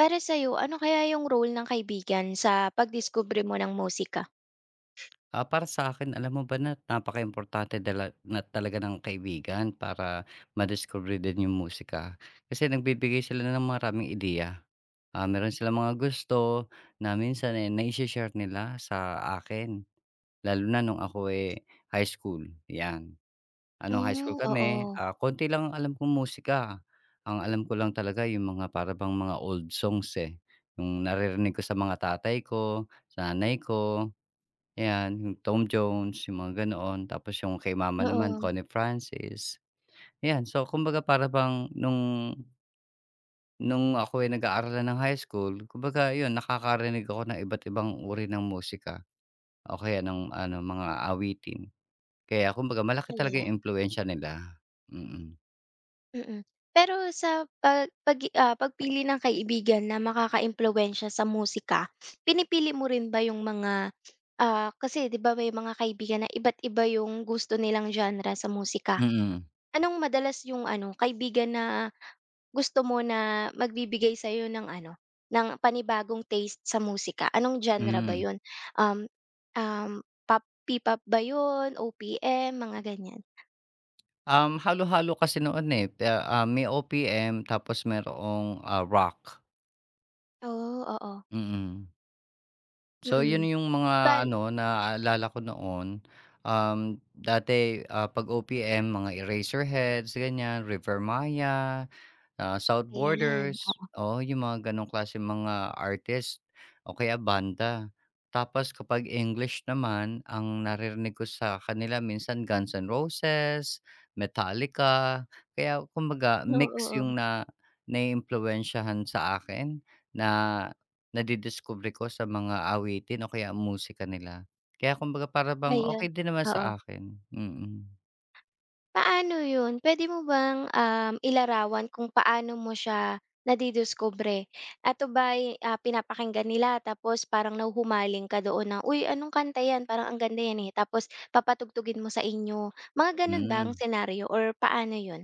Para sa'yo, ano kaya yung role ng kaibigan sa pagdiskubre mo ng musika? Ah, para sa akin, alam mo ba na napaka importante dala na talaga ng kaibigan para madiscover din yung musika. Kasi nagbibigay sila ng maraming ideya. Ah, meron silang mga gusto na minsan, eh, naishe-share nila sa akin, lalo na nung ako, eh, high school, 'yan. Ah, high school Oh, kami, oo. ah, konti lang ang alam kong musika. Ang alam ko lang talaga yung mga para bang mga old songs, eh, yung naririnig ko sa mga tatay ko, sa nanay ko. Ayan, yung Tom Jones, yung mga ganoon. Tapos yung kay mama naman Oo, Connie Francis, ayan. So, kumbaga para bang nung ako ay nag-aaral na ng high school, kumbaga yun nakakarinig ako ng iba't ibang uri ng musika o kaya ng ano, mga awitin. Kaya kumbaga malaki talaga ayan. yung impluwensiya nila, mm. Mm. Pero sa pag pag ah, pagpili ng kaibigan na makakaimpluwensiya sa musika, pinipili mo rin ba yung mga, kasi 'di ba may mga kaibigan na iba't iba yung gusto nilang genre sa musika? Mm. Anong madalas yung ano, kaibigan na gusto mo na magbibigay sa'yo ng ano, ng panibagong taste sa musika? Anong genre ba Hmm. yun? Um, um, pop P-pop ba yun, OPM, mga ganyan? Halo-halo kasi noon, eh, may OPM tapos merong ah, rock, Oh, oo. mm. So, yun Mm. yung mga Bal ano, naaalala ko noon. Dati, ah, 'pag OPM, mga Eraserheads, ganyan, River Maya, ah, South ayan, Borders, oo. oo, yung mga gano'ng klaseng mga artist o kaya banda. Tapos kapag English naman, ang naririnig ko sa kanila minsan Guns N' Roses, Metallica, kaya kumbaga Oo, mix oo. yung na naiimpluwensyahan sa akin na nadidiskubre ko sa mga awitin o kaya musika nila. Kaya kumbaga para bang Ayun, okay din naman sa oo. akin, mm. Paano yun? Puwede mo bang, ilarawan kung paano mo siya nadidiskubre? Ato ba ah, pinapakinggan nila tapos parang nahuhumaling ka doon na, "Uy, anong kanta 'yan? Parang ang ganda 'yan, eh." Tapos papatugtugin mo sa inyo. Mga gano'n ba ang Hmm. senaryo or paano yun?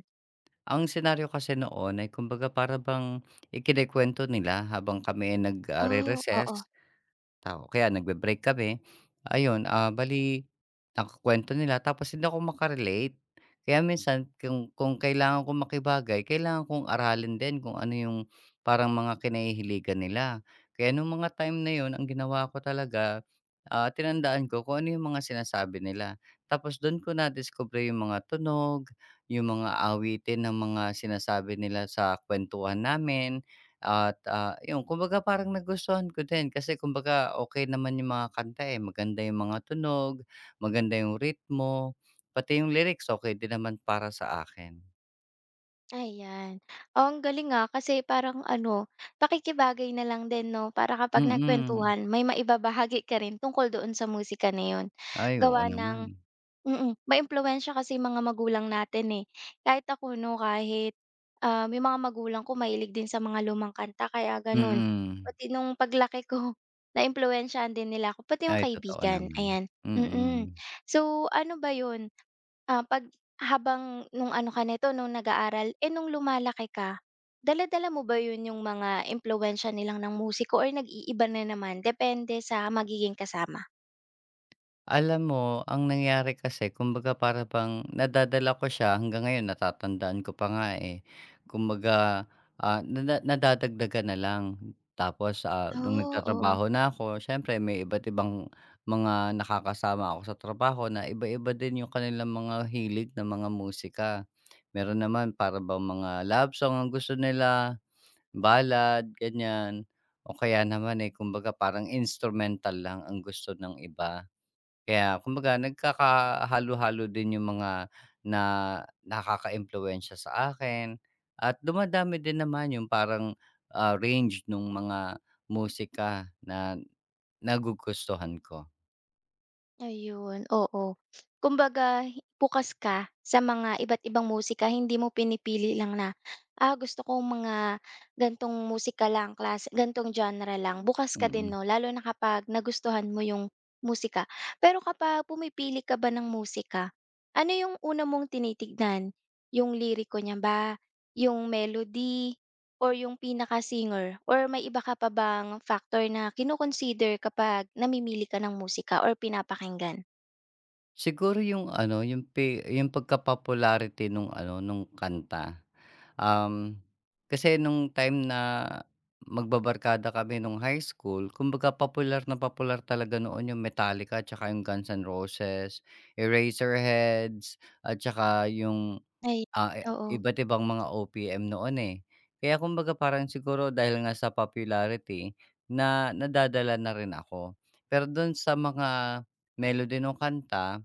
Ang senaryo kasi noon ay kumbaga para bang ikinukuwento nila habang kami ay nag, ah, Oh, oo. re-recess, Tao kaya nagbe-break kami, ayun, ah, bali nakukuwento nila tapos hindi ako Kaya minsan kung kailangan kong makibagay, kailangan kong aralin din kung ano yung parang mga kinahihiligan nila. Kaya nung mga time na yun ang ginawa ko talaga, ah, tinandaan ko kung ano yung mga sinasabi nila. Tapos dun ko nadiskubre yung mga tunog, yung mga awitin ng mga sinasabi nila sa kuwentuhan namin. At, ah, 'yun kumbaga parang nagustuhan ko din kasi kumbaga okey naman yung mga kanta, eh, maganda yung mga tunog, maganda yung ritmo, pati yung lyrics okay din naman para sa akin. Ayan. Oh, ang galing, ah, kasi parang ano, pakikibagay na lang din 'no, para kapag Mm. nagkuwentuhan may maibabahagi ka rin tungkol doon sa musika na yun. Ay, oo Gawa naman. ng mm, maiimpluwensiya kasi yung mga magulang natin, eh. Kahit ako 'no, kahit, yung mga magulang ko mahilig din sa mga lumang kanta kaya gano'n. Mm. Pati nung paglaki ko naimpluwensyahan din nila ako, pati yung Ay, totoo kaibigan, naman. ayan, mm. Mm. So, ano ba 'yun, ah, 'pag habang nung ano ka nito, nung nag-aaral, eh, nung lumalaki ka, dala-dala mo ba 'yun yung mga impluwensiya nilang ng musiko or nag-iiba na naman depende sa magiging kasama? Alam mo, ang nangyari kasi kumbaga para bang nadadala ko siya hanggang ngayon natatandaan ko pa nga, eh. Kumbaga, ah, nadadagdagan na lang. Tapos, ah, nung Oh, oo. nagtatrabaho na ako siyempre may iba't ibang mga nakakasama ako sa trabaho na iba-iba din yung kanilang mga hilig na mga musika. Meron naman para bang mga love song ang gusto nila, ballad, ganyan. O kaya naman, eh, kumbaga parang instrumental lang ang gusto ng iba. Kaya kumbaga nagkakahalo-halo din yung mga na nakakaimpluwensiya sa akin at dumadami din naman yung parang, ah, range nung mga musika na nagugustuhan ko, Ayun, oo. Kumbaga hi- bukas ka sa mga iba't ibang musika, hindi mo pinipili lang na, ah, gusto kong mga gan'tong musika lang, klase gan'tong genre lang. Bukas ka din mm. 'no, lalo na kapag nagustuhan mo yung musika. Pero kapag pumipili ka ba ng musika, ano yung una mong tinitignan? Yung liriko niya ba, yung melody? Or yung pinaka-singer or may iba ka pa bang factor na kino-consider kapag namimili ka ng musika or pinapakinggan? Siguro yung ano, yung pagka-popularity nung ano, nung kanta. Um, Kasi nung time na magbabarkada kami nung high school, kumbaga popular na popular talaga noon yung Metallica at saka yung Guns N' Roses, Eraserheads, at saka yung Ay, Ah, eh, oo. iba't ibang mga OPM noon, eh. Kaya kumbaga parang siguro dahil nga sa popularity na nadadala na rin ako. Pero don sa mga melody nung kanta,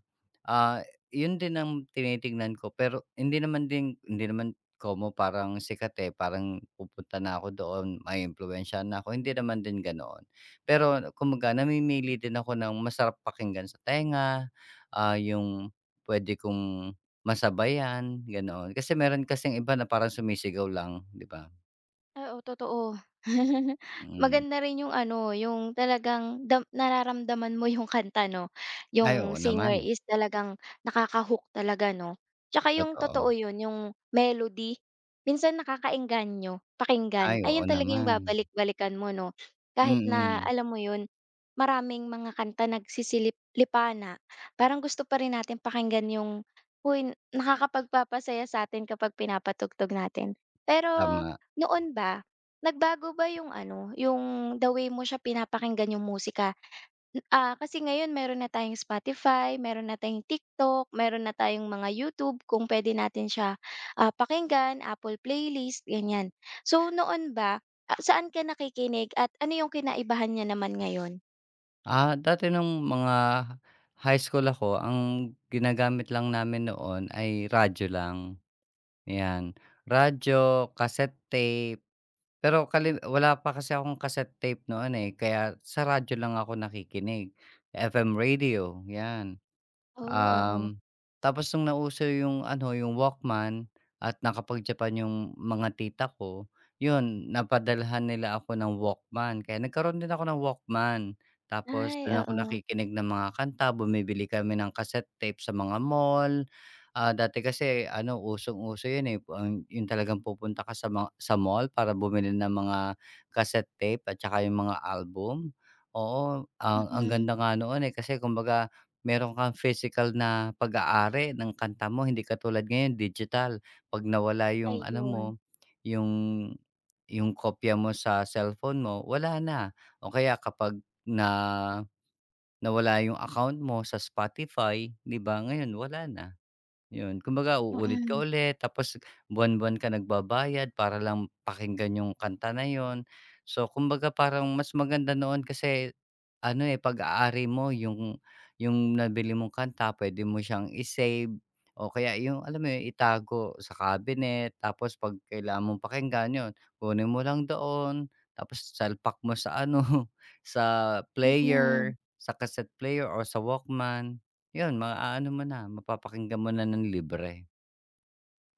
ah, yun din ang tinitignan ko pero hindi naman como parang sikat, eh, parang pupunta na ako doon, maiimpluwensyahan na ako, hindi naman din ganoon. Pero kumbaga namimili din ako ng masarap pakinggan sa tenga, ah, yung puwede kong Masabayan, ganoon. Kasi meron kasing iba na parang sumisigaw lang, 'di ba? Oo, totoo. Mm. Maganda rin yung ano, yung talagang dam nararamdaman mo yung kanta 'no, Ay, yung oo naman, singer is talagang nakaka-hook talaga 'no. Tsaka yung totoo. totoo yun, yung melody, minsan nakakaengganyo pakinggan. Ay, oo Ayun talaga yung naman. babalik-balikan mo 'no, kahit na Mm, alam mo yun, maraming mga kanta nagsisilip lipana, parang gusto pa rin natin pakinggan yung, uy nakakapagpapasaya sa atin kapag pinapatugtog natin. Pero tama. noon ba, nagbago ba yung ano, yung the way mo siya pinapakinggan yung musika? N- Ah, kasi ngayon meron na tayong Spotify, meron na tayong TikTok, meron na tayong mga YouTube kung pwede natin siya, ah, pakinggan, Apple playlist, ganiyan. So, noon ba, ah, saan ka nakikinig at ano yung kinaibahan niya naman ngayon? Ah, dati nung mga high school ako, ang ginagamit lang namin noon ay radyo lang, 'yan. Radyo, cassette tape, pero kali wala pa kasi akong cassette tape noon, eh, kaya sa radyo lang ako nakikinig, FM radio, 'yan. Oh, oo. Um, Tapos nung nauso yung ano, yung Walkman at nakapag-Japan yung mga tita ko, yun napadalhan nila ako ng Walkman kaya nagkaroon din ako ng Walkman. Tapos Ay, dun ako oo. nakikinig ng mga kanta, bumibili kami ng cassette tape sa mga mall. Ah, dati kasi ano usong-uso yun, eh, ang yun talagang pupunta ka sa sa mall para bumili ng mga cassette tape at saka yung mga album. Oo, ang Mm. ganda nga noon, eh, kasi kumbaga Meron kang physical na pag-aari ng kanta mo, hindi katulad ngayon digital. 'Pag nawala yung ano mo, Ayun. yung yung kopya mo sa cellphone mo, wala na. O kaya kapag na nawala yung account mo sa Spotify, 'di ba, ngayon wala na. Yun, kumbaga uulit ka Mm. ulit tapos buwan-buwan ka nagbabayad para lang pakinggan yung kanta na yun. So, kumbaga parang mas maganda noon kasi ano, eh, pag-aari mo yung nabili mong kanta pwede mo siyang isave o kaya yung alam mo yun, itago sa cabinet tapos 'pag kailangan mong pakinggan yun, kunin mo lang doon tapos salpak mo sa ano, sa Mm. player, sa cassette player or sa Walkman. 'Yun maaano mo na, mapapakinggan mo na ng libre.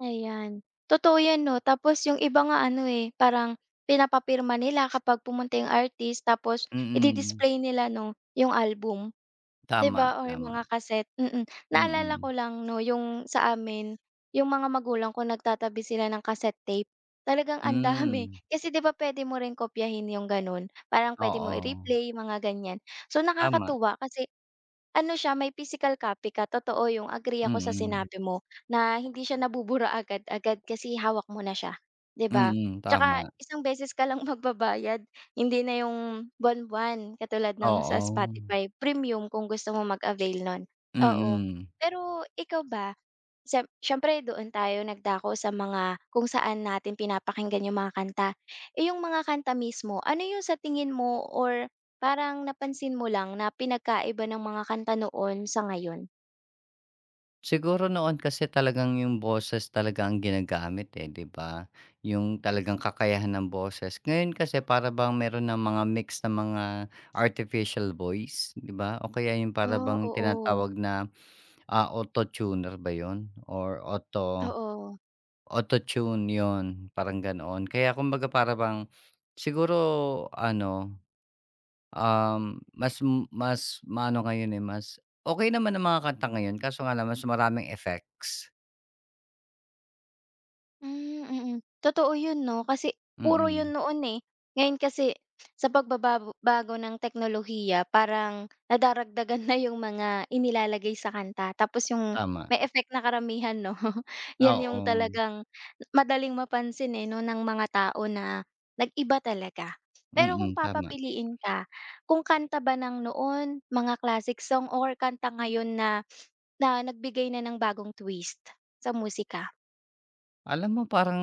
Ayan, totoo 'yan 'no. Tapos yung iba nga ano, eh, parang pinapapirma nila kapag pumunta yung artist tapos Mm, idi-display nila 'no, yung album. 'Di tama, ba or tama. mga kaset, mm. Naalala Mm. ko lang 'no, yung sa amin, yung mga magulang ko nagtatabi sila ng cassette tape. Talagang ang dami, Hmm. kasi 'di ba puwede mo rin kopyahin yung gano'n, parang puwede mo Oo. i-replay, mga ganyan. So, Tama. nakakatuwa kasi ano siya, may physical copy ka, totoo yung agree ako sa Mm. sinabi mo na hindi siya nabubura agad-agad kasi hawak mo na siya, 'di ba? Mm. Tama. Tsaka isang beses ka lang magbabayad. Hindi na yung buwan-buwan katulad ng sa Oo. Spotify premium kung gusto mo mag-avail nun, oo. Mm. Pero ikaw ba, siyempre doon tayo nagdako sa mga kung saan natin pinapakinggan yung mga kanta. Eh, yung mga kanta mismo, ano yung sa tingin mo or parang napansin mo lang na pinagkaiba ng mga kanta noon sa ngayon? Siguro noon kasi talagang yung boses talaga ang ginagamit, eh, 'di ba? Yung talagang kakayahan ng boses. Ngayon kasi para bang meron ng mga mix na mga artificial voice, 'di ba? O kaya yung para Oh, bang oo, tinatawag na, ah, autotuner ba 'yun or oo. Auto-tune, 'yun, parang ganoon. Kaya kumbaga para bang siguro ano, mas mas maano ngayon, eh, mas okey naman ang mga kanta ngayon kaso nga lang mas maraming effects. Hmm, mm. Totoo 'yun 'no, kasi puro 'yun Mm, noon, eh. Ngayon kasi sa bago ng teknolohiya parang nadaragdagan na yung mga inilalagay sa kanta tapos yung tama. may effect na karamihan 'no, 'yan yung Oo, talagang madaling mapansin, eh, 'no, ng mga tao na nag-iba talaga. Pero kung mm, tama. papapiliin ka, kung kanta ba ng noon, mga classic song or kanta ngayon na na nagbigay na ng bagong twist sa musika? Alam mo parang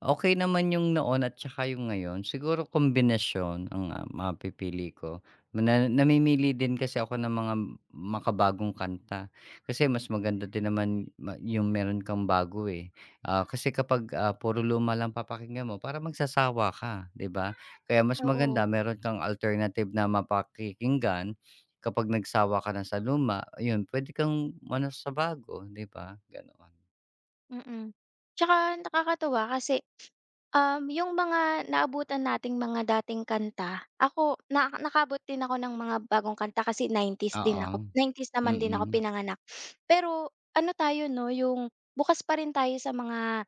Okey naman yung noon at tsaka yung ngayon. Siguro kombinasyon ang, ah, mapipili ko. Na namimili din kasi ako ng mga makabagong kanta. Kasi mas maganda din naman yung meron kang bago, eh. Ah, kasi kapag, ah, puro luma lang papakinggan mo parang magsasawa ka, 'di ba? Kaya mas maganda Oo. meron kang alternative na mapakikinggan. Kapag nagsawa ka na sa luma, ayun puwede kang ano, sa bago, 'di ba, ganoon. Mm. Tsaka nakakatuwa kasi, yung mga naabutan nating mga dating kanta, ako na nakaabot din ako ng mga bagong kanta kasi nineties din Oo, ako nineties naman din ako mm. pinanganak. Pero ano tayo 'no, yung bukas pa rin tayo sa mga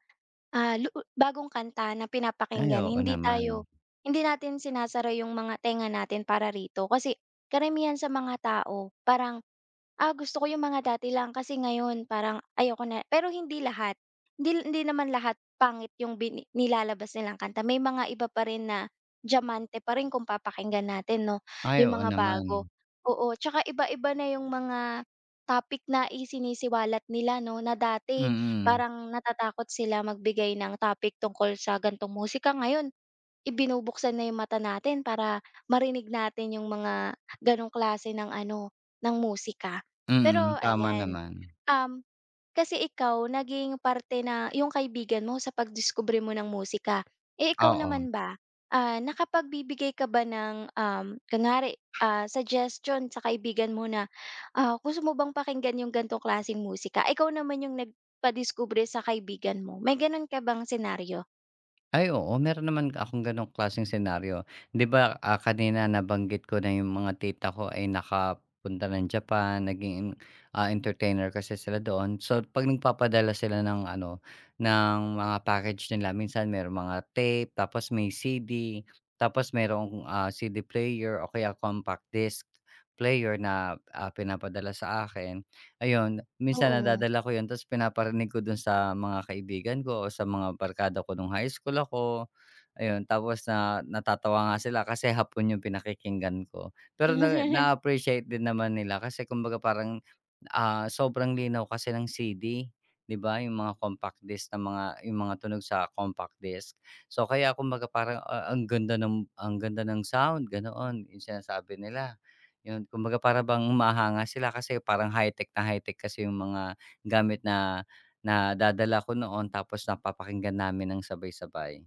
Ah, lu bagong kanta na Ay, pinapakinggan oo hindi naman. tayo natin sinasara yung mga tenga natin para rito. Kasi karamihan sa mga tao parang, "Ah, gusto ko yung mga dati lang kasi ngayon parang ayoko na." Pero hindi lahat. Hindi hindi naman lahat pangit yung bini nilalabas nilang kanta. May mga iba pa rin na diamante pa rin kung papakinggan natin 'no, Ay, yung oo mga naman. bago. Oo, 'tsaka iba-iba na yung mga topic na isinisiwalat nila 'no, na dati Mm, parang natatakot sila magbigay ng topic tungkol sa gan'tong musika. Ngayon, ibinubuksan na yung mata natin para marinig natin yung mga gano'ng klase ng ano, ng musika. mm, Pero tama ayan, naman. um kasi ikaw naging parte na yung kaibigan mo sa pagdiskubre mo ng musika. Eh, ikaw Oo. naman ba, ah, nakapagbibigay ka ba ng, kunwari, ah, suggestion sa kaibigan mo na, ah, "Gusto mo bang pakinggan yung gan'tong klaseng musika?" Ikaw naman yung nagpadiskubre sa kaibigan mo, may gano'n ka bang senaryo? Ay, oo meron naman akong gano'ng klaseng senaryo. 'Di ba, ah, kanina nabanggit ko na yung mga tita ko ay nakapunta ng Japan, naging, ah, entertainer kasi sila doon. So, 'pag nagpapadala sila ng ano, ng mga package nila minsan merong mga tape, tapos may CD, tapos merong, ah, CD player o kaya compact disc player na, ah, pinapadala sa akin. Ayun, minsan Oo. nadadala ko 'yun tapos pinaparinig ko dun sa mga kaibigan ko o sa mga barkada ko nung high school ako, Ayun, tapos na natatawa nga sila kasi hapon yung pinakikinggan ko. Pero na na-appreciate din naman nila kasi kumbaga parang, ah, sobrang linaw kasi ng CD, 'di ba, yung mga compact disc na mga yung mga tunog sa compact disc. So, kaya kumbaga parang, ah, ang ganda ng sound, ganoon, yung sinasabi nila. Yun, kumbaga para bang humahanga sila kasi parang high-tech na high-tech kasi yung mga gamit na na dadala ko noon tapos napapakinggan namin ng sabay-sabay.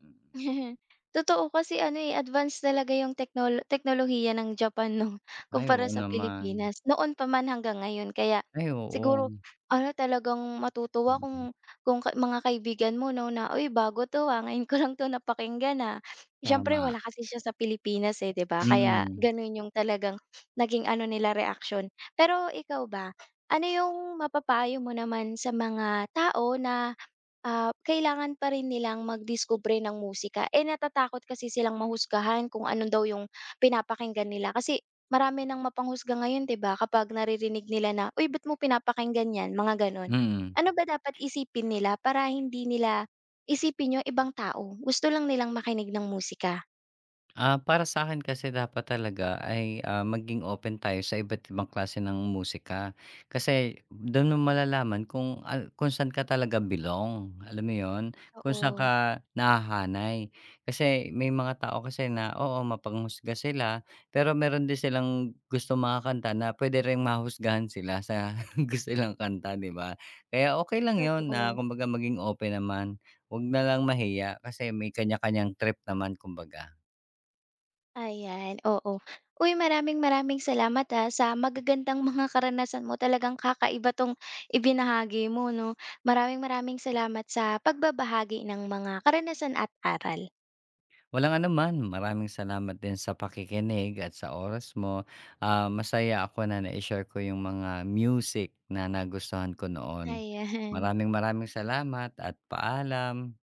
Mm. Totoo kasi ano, eh, advance talaga yung teknolohiya ng Japan 'no, Ay, kumpara oo sa naman. Pilipinas. Noon pa man hanggang ngayon kaya Ay, oo. siguro ano, talagang matutuwa Mm, kung kung mga kaibigan mo 'no na, "Uy, bago 'to, ah, ngayon ko lang 'to napakinggan, ah." Siyempre tama. wala kasi siya sa Pilipinas, eh, 'di ba? Kaya Mm. gano'n yung talagang naging ano nila, reaction. Pero ikaw ba, ano yung mapapayo mo naman sa mga tao na ah, kailangan pa rin nilang magdiskubre ng musika. Eh, natatakot kasi silang mahusgahan kung ano daw yung pinapakinggan nila. Kasi marami nang mapanghusga ngayon, 'di ba? Kapag naririnig nila na, "Uy, ba't mo pinapakinggan 'yan?" Mga gano'n. Mm. Ano ba dapat isipin nila para hindi nila isipin yung ibang tao? Gusto lang nilang makinig ng musika. Ah, para sa akin kasi dapat talaga ay, ah, maging open tayo sa iba't ibang klase ng musika. Kasi dun mo malalaman kung saan ka talaga belong, alam mo yon, Kung saan Oo. ka nahahanay. Kasi may mga tao kasi na, oo, mapanghusga sila, pero meron din silang gusto mga kanta na pwede ring mahusgahan sila sa gusto nilang kanta, 'di ba? Kaya okay lang yon na Totoo. kumbaga maging open naman, 'wag na lang mahiya kasi may kanya-kanyang trip naman kumbaga. Ayan, oo. Uy, maraming maraming salamat, ah, sa magagandang mga karanasan mo. Talagang kakaiba 'tong ibinahagi mo 'no. Maraming maraming salamat sa pagbabahagi ng mga karanasan at aral. Walang anuman, maraming salamat din sa pakikinig at sa oras mo. Ah, masaya ako na na share ko yung mga music na nagustuhan ko noon. Ayan. Maraming maraming salamat at paalam.